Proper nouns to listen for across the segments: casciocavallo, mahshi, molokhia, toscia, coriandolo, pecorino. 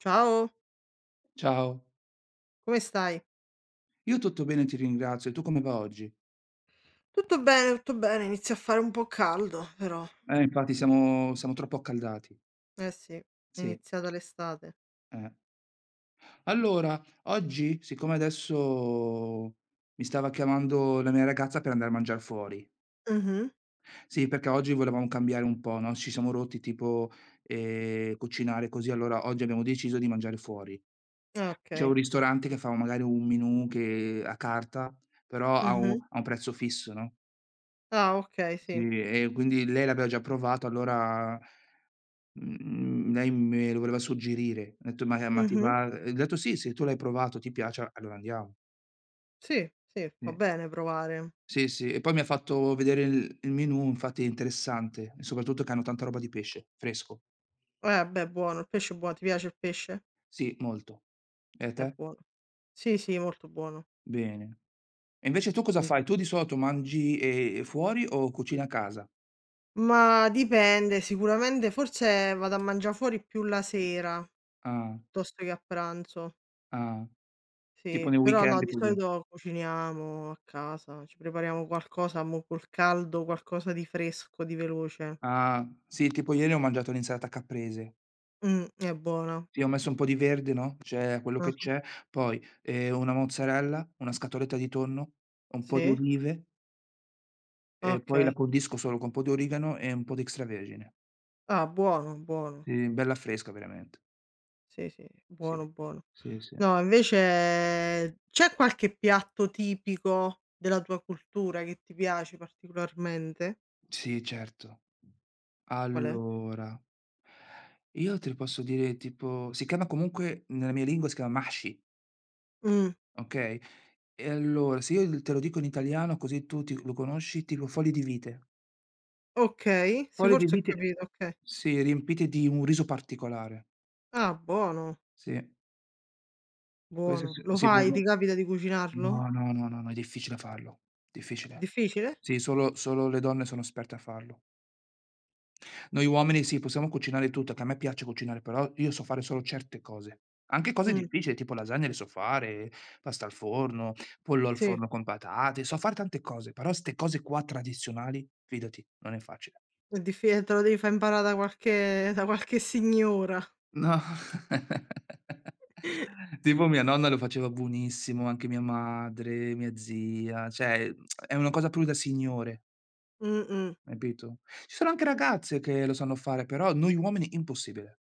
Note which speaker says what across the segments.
Speaker 1: Ciao,
Speaker 2: Ciao.
Speaker 1: come stai?
Speaker 2: Io tutto bene, ti ringrazio. E tu come va oggi?
Speaker 1: Tutto bene, inizia a fare un po' caldo però.
Speaker 2: Infatti siamo troppo accaldati.
Speaker 1: Eh sì, è
Speaker 2: Sì,
Speaker 1: iniziata l'estate.
Speaker 2: eh. Allora, oggi, siccome adesso mi stava chiamando la mia ragazza per andare a mangiar fuori.
Speaker 1: Mh-mh.
Speaker 2: Sì, perché oggi volevamo cambiare un po', no, ci siamo rotti tipo, cucinare così, allora oggi abbiamo deciso di mangiare fuori.
Speaker 1: Ah
Speaker 2: C'è un
Speaker 1: okay.
Speaker 2: ristorante che fa magari un menù che a carta, però ha un
Speaker 1: Mh-mh.
Speaker 2: ha un prezzo fisso, no,
Speaker 1: Ah okay, sì.
Speaker 2: sì, e quindi lei l'aveva già provato, allora lei me lo voleva suggerire. Ho detto: "Ma ti
Speaker 1: Mh-mh.
Speaker 2: va?" Ho detto: "Sì, se tu l'hai provato, ti piace, allora andiamo."
Speaker 1: Sì, sì, fa
Speaker 2: Sì.
Speaker 1: bene provare.
Speaker 2: Sì, sì. E poi mi ha fatto vedere il menù, infatti è interessante, e soprattutto che hanno tanta roba di pesce, fresco.
Speaker 1: Eh beh, buono, il pesce è buono. Ti piace il pesce?
Speaker 2: Sì, molto. E a
Speaker 1: È
Speaker 2: te?
Speaker 1: buono. Sì, sì, molto buono.
Speaker 2: Bene. E invece tu cosa
Speaker 1: Sì.
Speaker 2: fai? Tu di solito mangi, fuori o cucini a casa?
Speaker 1: Ma dipende, sicuramente forse vado a mangià fuori più la sera
Speaker 2: Ah,
Speaker 1: piuttosto che a pranzo.
Speaker 2: ah. Tipo
Speaker 1: Sì,
Speaker 2: nei
Speaker 1: però no,
Speaker 2: weekend
Speaker 1: di
Speaker 2: così.
Speaker 1: solito cuciniamo a casa, ci prepariamo qualcosa, mo col caldo, qualcosa di fresco, di veloce.
Speaker 2: Ah, sì, tipo ieri ho mangiato l'insalata caprese.
Speaker 1: È buona.
Speaker 2: Sì, ho messo un po' di verde, no, c'è quello che
Speaker 1: Ah-ah.
Speaker 2: c'è, poi, una mozzarella, una scatoletta di tonno, un po' di
Speaker 1: Sì?
Speaker 2: olive e poi la
Speaker 1: Okay.
Speaker 2: condisco solo con un po' di origano e un po' di extravergine.
Speaker 1: Ah, buono, buono.
Speaker 2: Sì, bella fresca veramente.
Speaker 1: Sì, sì,
Speaker 2: Sì,
Speaker 1: buono, buono.
Speaker 2: sì, sì.
Speaker 1: No, invece c'è qualche piatto tipico della tua cultura che ti piace particolarmente?
Speaker 2: Sì, certo.
Speaker 1: Qual è?
Speaker 2: Allora io te posso dire tipo si chiama comunque nella mia lingua si chiama mahshi,
Speaker 1: Mh,
Speaker 2: okay, e allora se io te lo dico in italiano così tu ti lo conosci, tipo foglie di vite.
Speaker 1: okay, sì,
Speaker 2: Foglie di
Speaker 1: forse ho
Speaker 2: vite
Speaker 1: capito, okay.
Speaker 2: sì, riempite di un riso particolare.
Speaker 1: Ah, buono,
Speaker 2: Sì, questo
Speaker 1: buono.
Speaker 2: s
Speaker 1: Lo
Speaker 2: sì,
Speaker 1: fai? Ti
Speaker 2: buono
Speaker 1: capita di cucinarlo?
Speaker 2: no, no, no, no, no, è difficile farlo, difficile.
Speaker 1: Difficile?
Speaker 2: Sì, solo le donne sono esperte a farlo. Noi uomini sì, possiamo cucinare tutto, che a me piace cucinare, però io so fare solo certe cose. Anche cose
Speaker 1: Mh.
Speaker 2: difficili, tipo lasagne le so fare, pasta al forno, pollo al
Speaker 1: Sì,
Speaker 2: forno con patate, so fare tante cose, però 'ste cose qua tradizionali, fidati, non è facile.
Speaker 1: è diffi te lo devi fa' imparà da qualche signora.
Speaker 2: No. Tipo mia nonna lo faceva buonissimo, anche mia madre, mia zia, cioè è una cosa proprio da signore,
Speaker 1: Mh-mh.
Speaker 2: capito? Ci sono anche ragazze che lo sanno fare, però noi uomini impossibile.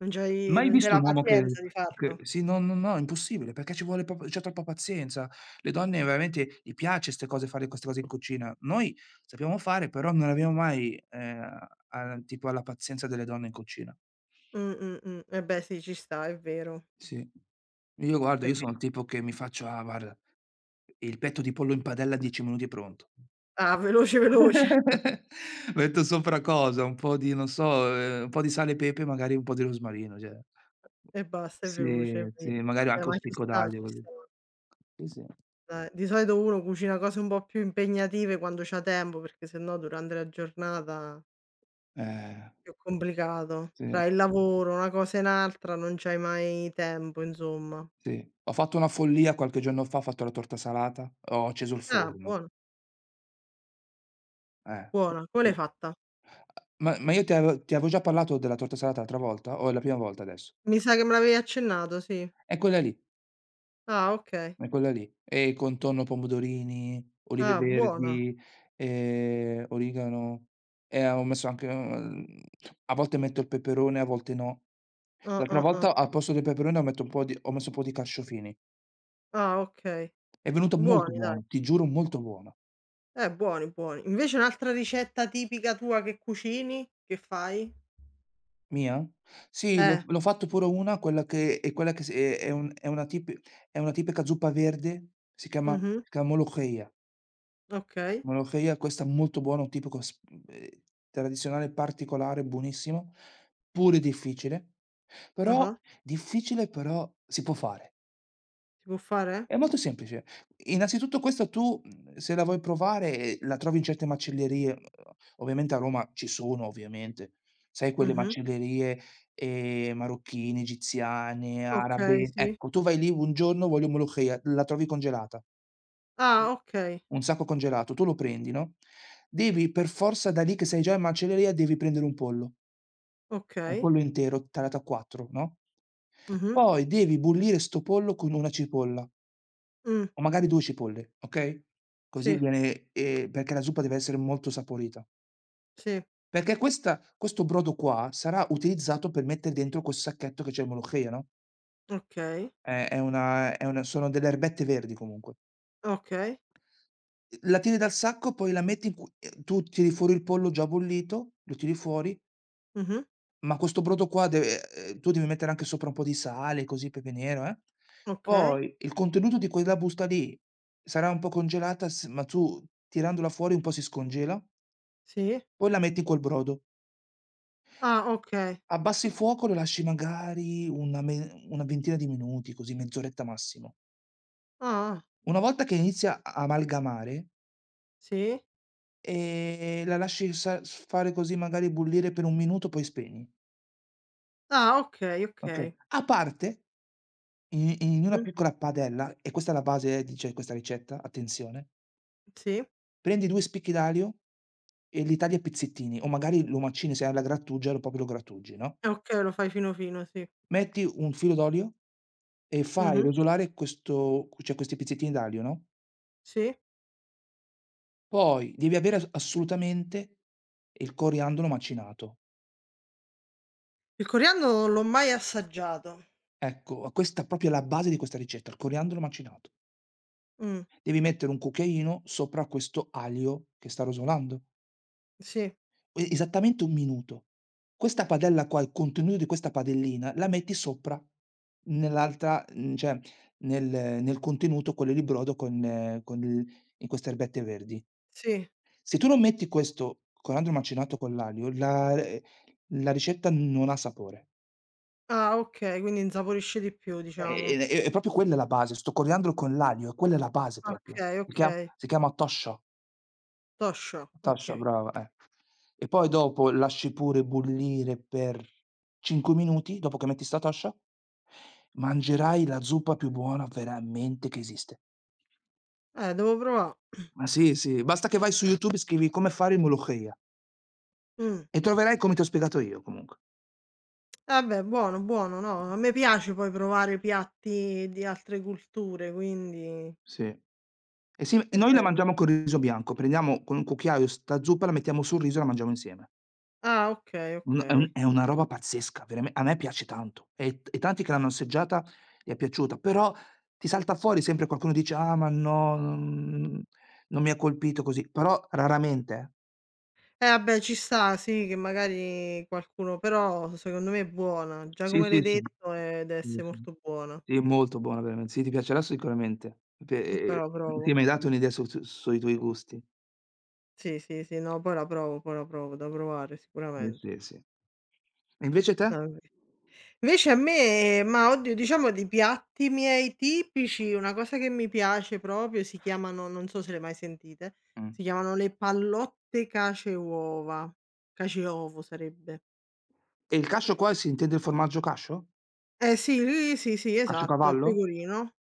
Speaker 1: Non c'hai
Speaker 2: Mai
Speaker 1: non c'hai
Speaker 2: visto
Speaker 1: la
Speaker 2: un uomo
Speaker 1: pazienza di
Speaker 2: che
Speaker 1: farlo.
Speaker 2: sì, no, no, no, impossibile, perché ci vuole proprio c'è troppa pazienza. Le donne veramente gli piace 'ste cose, fare queste cose in cucina. Noi sappiamo fare, però non abbiamo mai, a tipo alla pazienza delle donne in cucina.
Speaker 1: Eh beh sì, ci sta, è vero,
Speaker 2: Sì. Io guarda,
Speaker 1: è
Speaker 2: io
Speaker 1: ve
Speaker 2: sono il tipo che mi faccio ah, guarda, il petto di pollo in padella a 10 minuti è pronto.
Speaker 1: ah, veloce, veloce
Speaker 2: Metto sopra cosa, un po' di non so, un po' di sale e pepe, magari un po' di rosmarino, cioè
Speaker 1: e basta, è veloce,
Speaker 2: sì,
Speaker 1: è vero.
Speaker 2: sì, magari
Speaker 1: Vabbè,
Speaker 2: anche un
Speaker 1: ma
Speaker 2: spicco d'aglio
Speaker 1: ci
Speaker 2: così.
Speaker 1: sta,
Speaker 2: Sì, sì.
Speaker 1: dai. Di solito uno cucina cose un po' più impegnative quando c'ha tempo, perché se no durante la giornata
Speaker 2: Eh,
Speaker 1: è più complicato.
Speaker 2: sì,
Speaker 1: Tra il lavoro, una cosa e un'altra non c'hai mai tempo, insomma.
Speaker 2: sì. Ho fatto una follia qualche giorno fa, ho fatto la torta salata, ho acceso il
Speaker 1: Ah,
Speaker 2: forno,
Speaker 1: buona,
Speaker 2: eh.
Speaker 1: buona. Come l'hai fatta?
Speaker 2: Ma io ti avevo già parlato della torta salata l'altra volta o è la prima volta adesso?
Speaker 1: Mi sa che me l'avevi accennato, sì.
Speaker 2: È quella lì.
Speaker 1: Ah, okay.
Speaker 2: È quella lì. E contorno pomodorini, olive
Speaker 1: Ah, buona.
Speaker 2: verdi, origano e avevo messo anche, a volte metto il peperone, a volte no.
Speaker 1: Ah,
Speaker 2: L'altra
Speaker 1: ah, ah.
Speaker 2: volta al posto del peperone ho metto un po' di ho messo un po' di carciofini.
Speaker 1: Ah, okay.
Speaker 2: È venuto molto
Speaker 1: Buoni dai.
Speaker 2: buono, ti giuro molto buono.
Speaker 1: Buoni, buoni. Invece un'altra ricetta tipica tua che cucini? Che fai?
Speaker 2: Mia? Sì, l'ho
Speaker 1: Eh.
Speaker 2: l'ho fatto pure una, quella che è quella che si è un è una tipi è una tipica zuppa verde, si chiama
Speaker 1: Mh-mh.
Speaker 2: si chiama molokhia.
Speaker 1: Okay.
Speaker 2: Molokhia, questa molto buona, un tipico s ehm, tradizionale particolare, buonissimo, pure però
Speaker 1: Ah-ah.
Speaker 2: difficile però si può fare.
Speaker 1: Si può fare?
Speaker 2: È molto semplice. Innanzitutto questa tu, se la vuoi provare, la trovi in certe macellerie, ovviamente a Roma ci sono, ovviamente. Sai quelle
Speaker 1: Mh-mh.
Speaker 2: macellerie, marocchine, egiziane,
Speaker 1: Okay,
Speaker 2: arabe.
Speaker 1: sì.
Speaker 2: Ecco, tu vai lì un giorno: "Voglio molokhia", la trovi congelata. U
Speaker 1: Ah, okay.
Speaker 2: un sacco congelato, tu lo prendi, no, devi per forza da lì che sei già in macelleria devi prendere un
Speaker 1: Okay.
Speaker 2: pollo intero tagliato a 4, no,
Speaker 1: Mh-mh.
Speaker 2: poi devi bollire 'sto pollo con una cipolla, o
Speaker 1: Mh.
Speaker 2: magari 2 cipolle, okay, così
Speaker 1: Sì,
Speaker 2: viene perché la zuppa deve essere molto saporita.
Speaker 1: sì.
Speaker 2: Perché questa questo brodo qua sarà utilizzato per mettere dentro quel sacchetto che c'è in Molokhia, no,
Speaker 1: Okay.
Speaker 2: è una sono delle erbette verdi comunque.
Speaker 1: Okay.
Speaker 2: La tiri dal sacco, poi la metti in cu tu tiri fuori il pollo già bollito, lo tiri fuori,
Speaker 1: Mh-mh.
Speaker 2: ma questo brodo qua deve tu devi mettere anche sopra un po' di sale, così, pepe nero, eh.
Speaker 1: Okay.
Speaker 2: Poi il contenuto di quella busta lì sarà un po' congelata s ma tu tirandola fuori un po' si scongela,
Speaker 1: Sì.
Speaker 2: poi la metti in quel brodo.
Speaker 1: Ah, okay.
Speaker 2: Abbassi il fuoco, lo lasci magari una me una ventina di minuti, così, mezz'oretta massimo.
Speaker 1: Ah-ah.
Speaker 2: Una volta che inizia a amalgamare,
Speaker 1: Sì.
Speaker 2: la lasci sa s fare così, magari bollire per 1 minuto, poi spegni,
Speaker 1: Ah, okay,
Speaker 2: okay.
Speaker 1: okay.
Speaker 2: A parte in in una
Speaker 1: Mh,
Speaker 2: piccola padella, e questa è la base di cioè questa ricetta, attenzione,
Speaker 1: sì.
Speaker 2: prendi 2 spicchi d'aglio e li tagli a pizzettini, o magari lo macini se hai la grattugia, lo proprio lo grattugi, no,
Speaker 1: Eh okay, lo fai fino fino, sì.
Speaker 2: metti un filo d'olio e fai
Speaker 1: Mh-mh,
Speaker 2: rosolare questo cioè questi pizzettini d'aglio, no,
Speaker 1: sì.
Speaker 2: poi devi avere as assolutamente il coriandolo macinato.
Speaker 1: Il coriandolo non l'ho mai assaggiato.
Speaker 2: Ecco, questa proprio è la base di questa ricetta, il coriandolo macinato.
Speaker 1: Mh,
Speaker 2: Devi mettere un cucchiaino sopra questo aglio che sta rosolando.
Speaker 1: sì,
Speaker 2: E esattamente 1 minuto. Questa padella qua, il contenuto di questa padellina, la metti sopra nell'altra cioè nel nel contenuto, quello di brodo con il in queste erbette verdi.
Speaker 1: sì.
Speaker 2: Se tu non metti questo coriandolo macinato con l'aglio, la la ricetta non ha sapore.
Speaker 1: Ah okay, quindi insaporisce di più
Speaker 2: È
Speaker 1: diciamo.
Speaker 2: è è è proprio quella la base, 'sto coriandolo con l'aglio, quella è la base proprio.
Speaker 1: Okay,
Speaker 2: Si chia
Speaker 1: okay.
Speaker 2: si chiama "toscia".
Speaker 1: Toscia,
Speaker 2: Tascia
Speaker 1: okay.
Speaker 2: brava, eh. E poi dopo lasci pure bollire per 5 minuti, dopo che metti 'sta Tascia, mangerai la zuppa più buona veramente che esiste.
Speaker 1: Devo provà.
Speaker 2: Ma sì, sì, basta che vai su YouTube e scrivi: "Come fare il Molokhia"
Speaker 1: Mh.
Speaker 2: e troverai come ti ho spiegato io comunque.
Speaker 1: Eh beh, buono, buono, no, a me piace poi provare piatti di altre culture, quindi
Speaker 2: Sì. E sì,
Speaker 1: è
Speaker 2: noi la
Speaker 1: bello.
Speaker 2: mangiamo col riso bianco, prendiamo con un cucchiaio 'sta zuppa, la mettiamo sul riso e la mangiamo insieme.
Speaker 1: Ah okay,
Speaker 2: Un
Speaker 1: okay.
Speaker 2: è una roba pazzesca, verame a me piace tanto e t e tanti che l'hanno assaggiata gli è piaciuta, però ti salta fuori sempre qualcuno dice: "Ah, ma no, non non mi ha colpito così", però raramente, eh.
Speaker 1: Eh vabbè ci sta, sì, che magari qualcuno però secondo me è buona. Già
Speaker 2: Sì,
Speaker 1: come
Speaker 2: sì,
Speaker 1: l'hai
Speaker 2: sì.
Speaker 1: detto, deve
Speaker 2: Sì,
Speaker 1: esse
Speaker 2: sì.
Speaker 1: molto buona.
Speaker 2: Sì, è molto buona veramente. Sì, ti piacerà sicuramente. Pe
Speaker 1: Però la provo.
Speaker 2: sì, mi hai dato un'idea su sui tuoi gusti.
Speaker 1: Sì, sì, sì, no, poi la provo, da provare
Speaker 2: Sì,
Speaker 1: sicuramente.
Speaker 2: sì, sì. E invece te?
Speaker 1: Ah, ok. Invece a me ma oddio, diciamo di piatti miei tipici, una cosa che mi piace proprio si chiamano non so se le hai mai sentite,
Speaker 2: Mh.
Speaker 1: si chiamano le pallotte cace uova, cace ovo sarebbe.
Speaker 2: E il cascio qua si intende il formaggio cascio?
Speaker 1: Eh sì, sì, sì, esatto, il
Speaker 2: Casciocavallo?
Speaker 1: pecorino.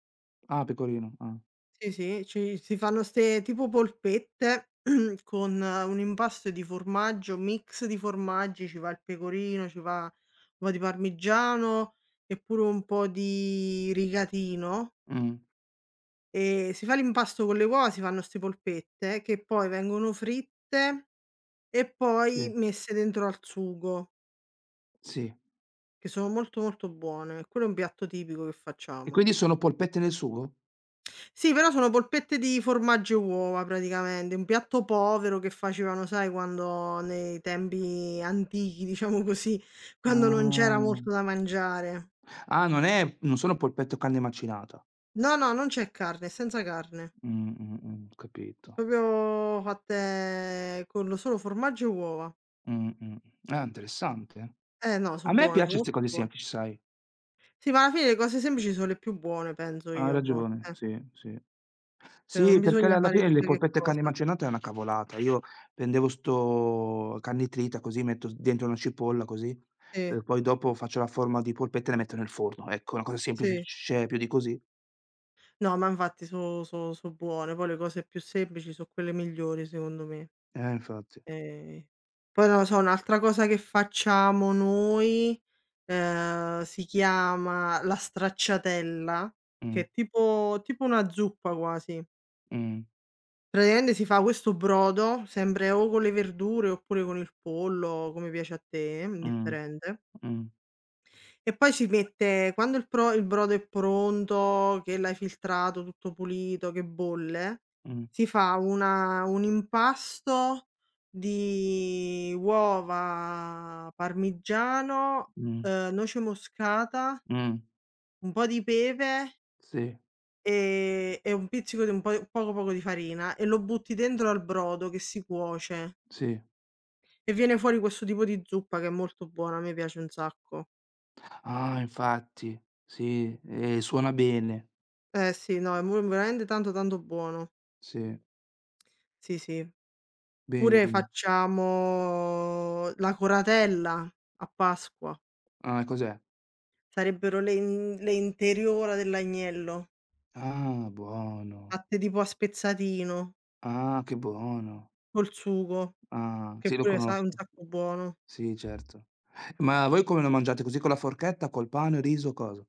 Speaker 2: Ah, pecorino, ah.
Speaker 1: Sì, sì, ci si fanno 'ste tipo polpette con un impasto di formaggio, mix di formaggi, ci va il pecorino, ci va un po' di parmigiano e pure un po' di rigatino,
Speaker 2: Mh.
Speaker 1: e si fa l'impasto con le uova, si fanno 'ste polpette che poi vengono fritte e
Speaker 2: Sì.
Speaker 1: poi messe dentro al sugo,
Speaker 2: Sì.
Speaker 1: che sono molto, molto buone. Quello è un piatto tipico che
Speaker 2: E
Speaker 1: facciamo.
Speaker 2: quindi sono polpette nel sugo?
Speaker 1: Sì, però sono polpette di formaggio e uova praticamente, un piatto povero che facevano, sai, quando nei tempi antichi, diciamo così, quando non c'era
Speaker 2: Ah.
Speaker 1: molto da mangiare.
Speaker 2: Ah, non è non sono polpette o carne macinata.
Speaker 1: No, no, non c'è carne, è senza carne. È
Speaker 2: Capito.
Speaker 1: proprio fatte con lo solo formaggio e uova.
Speaker 2: Mh, mh. Ah, interessante.
Speaker 1: Eh no,
Speaker 2: A
Speaker 1: sono
Speaker 2: me
Speaker 1: buone, sono
Speaker 2: piace 'ste
Speaker 1: molto
Speaker 2: cose
Speaker 1: buone.
Speaker 2: semplici, sai.
Speaker 1: Sì, ma alla fine le cose semplici sono le più buone, penso
Speaker 2: Ah, hai
Speaker 1: io a volte,
Speaker 2: ragione,
Speaker 1: eh.
Speaker 2: sì, sì.
Speaker 1: Cioè
Speaker 2: Sì,
Speaker 1: non
Speaker 2: perché
Speaker 1: bisogna
Speaker 2: alla
Speaker 1: fare
Speaker 2: fine le
Speaker 1: chissà che
Speaker 2: polpette e
Speaker 1: cosa.
Speaker 2: carne macinata è una cavolata. Io prendevo 'sto carne trita così, metto s dentro una cipolla così,
Speaker 1: Sì,
Speaker 2: e poi dopo faccio la forma di polpetta e la metto nel forno. Ecco, una cosa semplice,
Speaker 1: sì.
Speaker 2: c'è più di così?
Speaker 1: No, ma infatti so buone, poi le cose più semplici so' quelle migliori secondo me.
Speaker 2: Infatti.
Speaker 1: Ehm, poi non lo so, un'altra cosa che facciamo noi, si chiama la stracciatella, che
Speaker 2: Mh,
Speaker 1: è tipo una zuppa quasi.
Speaker 2: mh,
Speaker 1: Praticamente si fa questo brodo, sempre o con le verdure oppure con il pollo, come piace a te,
Speaker 2: mh,
Speaker 1: indifferente.
Speaker 2: mh,
Speaker 1: E poi ci mette quando il brodo è pronto, che l'hai filtrato tutto pulito, che bolle,
Speaker 2: mh.
Speaker 1: si fa una un impasto di uova, parmigiano,
Speaker 2: Mh,
Speaker 1: noce moscata,
Speaker 2: mh,
Speaker 1: un po' di pepe,
Speaker 2: sì,
Speaker 1: e un pizzico di un po' poco, poco di farina e lo butti dentro al brodo che si cuoce
Speaker 2: sì.
Speaker 1: e viene fuori questo tipo di zuppa che è molto buona, a me piace un sacco.
Speaker 2: Ah, infatti, sì, e suona bene.
Speaker 1: Eh sì, no, è mu veramente tanto, tanto buono.
Speaker 2: Sì,
Speaker 1: Sì, sì.
Speaker 2: bene,
Speaker 1: Pure
Speaker 2: bene.
Speaker 1: facciamo la coratella a Pasqua.
Speaker 2: Ah, cos'è?
Speaker 1: Sarebbero le in le interiora dell'agnello,
Speaker 2: Ah, buono.
Speaker 1: fatte tipo a spezzatino,
Speaker 2: Ah, che buono.
Speaker 1: col sugo,
Speaker 2: Ah,
Speaker 1: che
Speaker 2: sì, lo
Speaker 1: pure sa un
Speaker 2: conosco.
Speaker 1: sacco buono.
Speaker 2: Sì, certo. Ma voi come lo mangiate? Così con la forchetta, col pane, riso, cosa?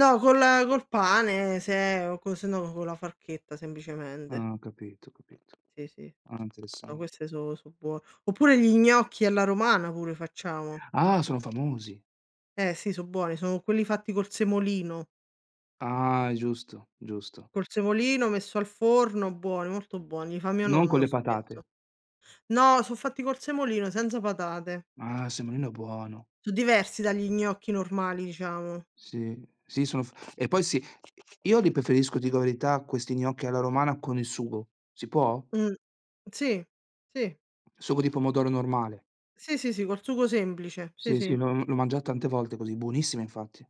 Speaker 1: No, col pane se o co se no con la forchetta semplicemente.
Speaker 2: Ah, ho capito, ho capito.
Speaker 1: Sì, sì.
Speaker 2: Ah,
Speaker 1: No,
Speaker 2: interessante.
Speaker 1: queste so buone. Oppure gli gnocchi alla romana pure facciamo.
Speaker 2: Ah, sono famosi.
Speaker 1: Eh sì, so buoni, sono quelli fatti col semolino.
Speaker 2: Ah, giusto, giusto.
Speaker 1: Col semolino messo al forno, buoni, molto buoni, li fa mio
Speaker 2: Non con
Speaker 1: nonno
Speaker 2: le patate.
Speaker 1: spesso. No, so' fatti col semolino senza patate.
Speaker 2: Ah, semolino buono.
Speaker 1: So' diversi dagli gnocchi normali, diciamo.
Speaker 2: Sì, sì sono f e poi sì, io li preferisco, ti dico la verità, questi gnocchi alla romana con il sugo. Si può?
Speaker 1: Mh. Sì, sì.
Speaker 2: Sugo di pomodoro normale.
Speaker 1: Sì, sì, sì, col sugo semplice. Sì,
Speaker 2: Sì, sì,
Speaker 1: sì.
Speaker 2: l'ho mangiato tante volte così, buonissima infatti.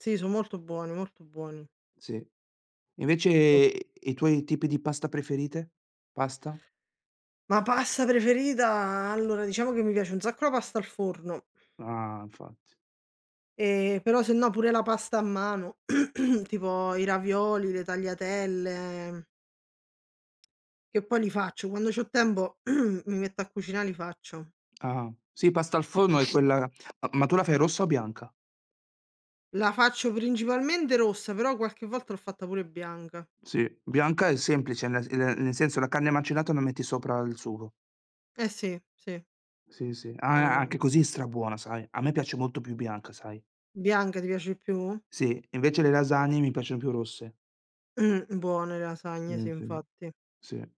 Speaker 1: Sì, so' molto buoni, molto buoni.
Speaker 2: Sì. Invece
Speaker 1: Mol
Speaker 2: i tuoi tipi di pasta preferite? Pasta?
Speaker 1: ma pasta preferita? Allora, diciamo che mi piace un sacco la pasta al forno,
Speaker 2: Ah, infatti.
Speaker 1: però se no pure la pasta a mano, tipo i ravioli, le tagliatelle. Che poi li faccio, quando c'ho tempo mi metto a cucinà, li faccio.
Speaker 2: Ah. Sì, pasta al forno è quella ma tu la fai rossa o bianca?
Speaker 1: La faccio principalmente rossa, però qualche volta l'ho fatta pure bianca.
Speaker 2: Sì, bianca è semplice, nel senso la carne macinata la metti sopra il sugo.
Speaker 1: Eh sì, sì.
Speaker 2: Sì, sì.
Speaker 1: No,
Speaker 2: Ah,
Speaker 1: no.
Speaker 2: anche così è strabuona, sai. A me piace molto più bianca, sai.
Speaker 1: Bianca ti piace di più?
Speaker 2: Sì, invece le lasagne mi piacciono più rosse.
Speaker 1: Buone le lasagne,
Speaker 2: Sì,
Speaker 1: sì,
Speaker 2: sì,
Speaker 1: infatti.
Speaker 2: sì,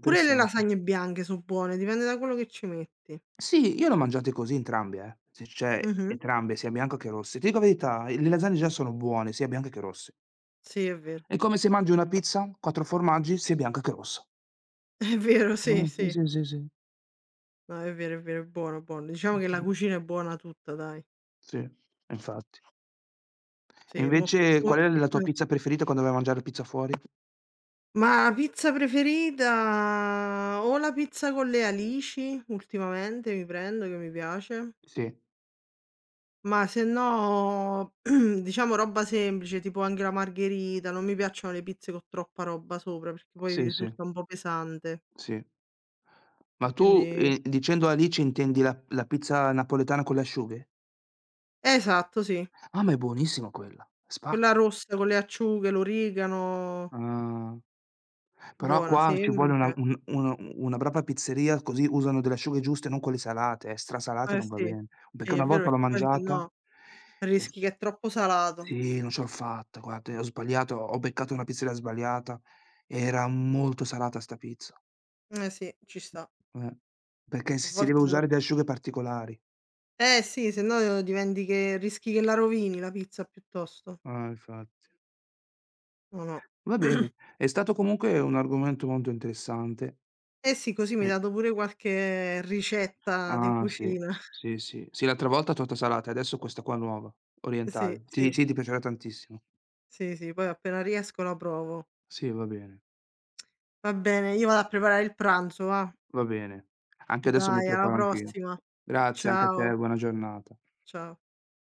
Speaker 1: Pure le lasagne bianche so' buone, dipende da quello che ci metti.
Speaker 2: Sì, io le ho mangiate così entrambe, eh. Se cioè
Speaker 1: Mh-mh.
Speaker 2: entrambe, sia bianche che rosse. Ti dico la verità, le lasagne già sono buone, sia bianche che rosse.
Speaker 1: Sì, è vero.
Speaker 2: È come se mangi una pizza, 4 formaggi, sia bianca che rossa.
Speaker 1: È vero,
Speaker 2: Ma
Speaker 1: sì,
Speaker 2: sì,
Speaker 1: sì.
Speaker 2: sì, sì, sì.
Speaker 1: No, è vero, è vero, è buono, buono.
Speaker 2: Sì,
Speaker 1: Diciamo che
Speaker 2: sì.
Speaker 1: la cucina è buona tutta, dai.
Speaker 2: Sì, infatti. E
Speaker 1: Sì, mo
Speaker 2: invece qual
Speaker 1: mo
Speaker 2: è la tua
Speaker 1: eh.
Speaker 2: pizza preferita quando vai a mangiare pizza fuori?
Speaker 1: Ma la pizza preferita o la pizza con le alici, ultimamente mi prendo, che mi piace,
Speaker 2: Sì,
Speaker 1: ma se no diciamo roba semplice, tipo anche la margherita, non mi piacciono le pizze con troppa roba sopra, perché poi
Speaker 2: sì, sì,
Speaker 1: risulta un po' pesante.
Speaker 2: sì. Ma tu,
Speaker 1: Quindi
Speaker 2: dicendo alici intendi la pizza napoletana con le asciughe?
Speaker 1: esatto, sì,
Speaker 2: Ah, ma è buonissima quella,
Speaker 1: quella
Speaker 2: spacca.
Speaker 1: rossa con le acciughe, l'origano,
Speaker 2: Ah, però
Speaker 1: buona,
Speaker 2: qua ci vuole una
Speaker 1: semplice.
Speaker 2: un una brava pizzeria, così usano delle asciughe giuste, non quelle salate, strasalate
Speaker 1: Eh
Speaker 2: non va
Speaker 1: sì,
Speaker 2: bene. Perché
Speaker 1: sì
Speaker 2: una
Speaker 1: è vero
Speaker 2: volta l'ho
Speaker 1: perché poi
Speaker 2: mangiata
Speaker 1: sennò
Speaker 2: e s
Speaker 1: rischi che è troppo salato.
Speaker 2: sì, non ce l'ho fatta, guarda, e ho sbagliato, ho beccato una pizzeria sbagliata, era molto salata 'sta pizza,
Speaker 1: Eh sì, ci sta.
Speaker 2: eh. Perché
Speaker 1: A
Speaker 2: si si deve
Speaker 1: volte sennò
Speaker 2: usare delle asciughe particolari.
Speaker 1: eh sì, se no diventi che rischi che la rovini la pizza piuttosto.
Speaker 2: Infatti.
Speaker 1: No, no.
Speaker 2: Va bene, è stato comunque un argomento molto interessante
Speaker 1: Eh sì, così mi hai
Speaker 2: e
Speaker 1: dato pure qualche ricetta di
Speaker 2: ah, sì.
Speaker 1: cucina.
Speaker 2: Sì, sì. Sì, l'altra volta torta salata, e adesso questa qua nuova,
Speaker 1: Sì,
Speaker 2: orientale. Ti
Speaker 1: sì,
Speaker 2: sì, ti piacerà tantissimo.
Speaker 1: sì, sì, poi appena riesco la provo.
Speaker 2: Sì, va bene,
Speaker 1: Va bene, io vado a preparare il pranzo va.
Speaker 2: va bene. Anche adesso mi
Speaker 1: Dai, alla
Speaker 2: preparo anch'io.
Speaker 1: prossima.
Speaker 2: Grazie anche a te,
Speaker 1: Ciao,
Speaker 2: buona giornata.
Speaker 1: ciao.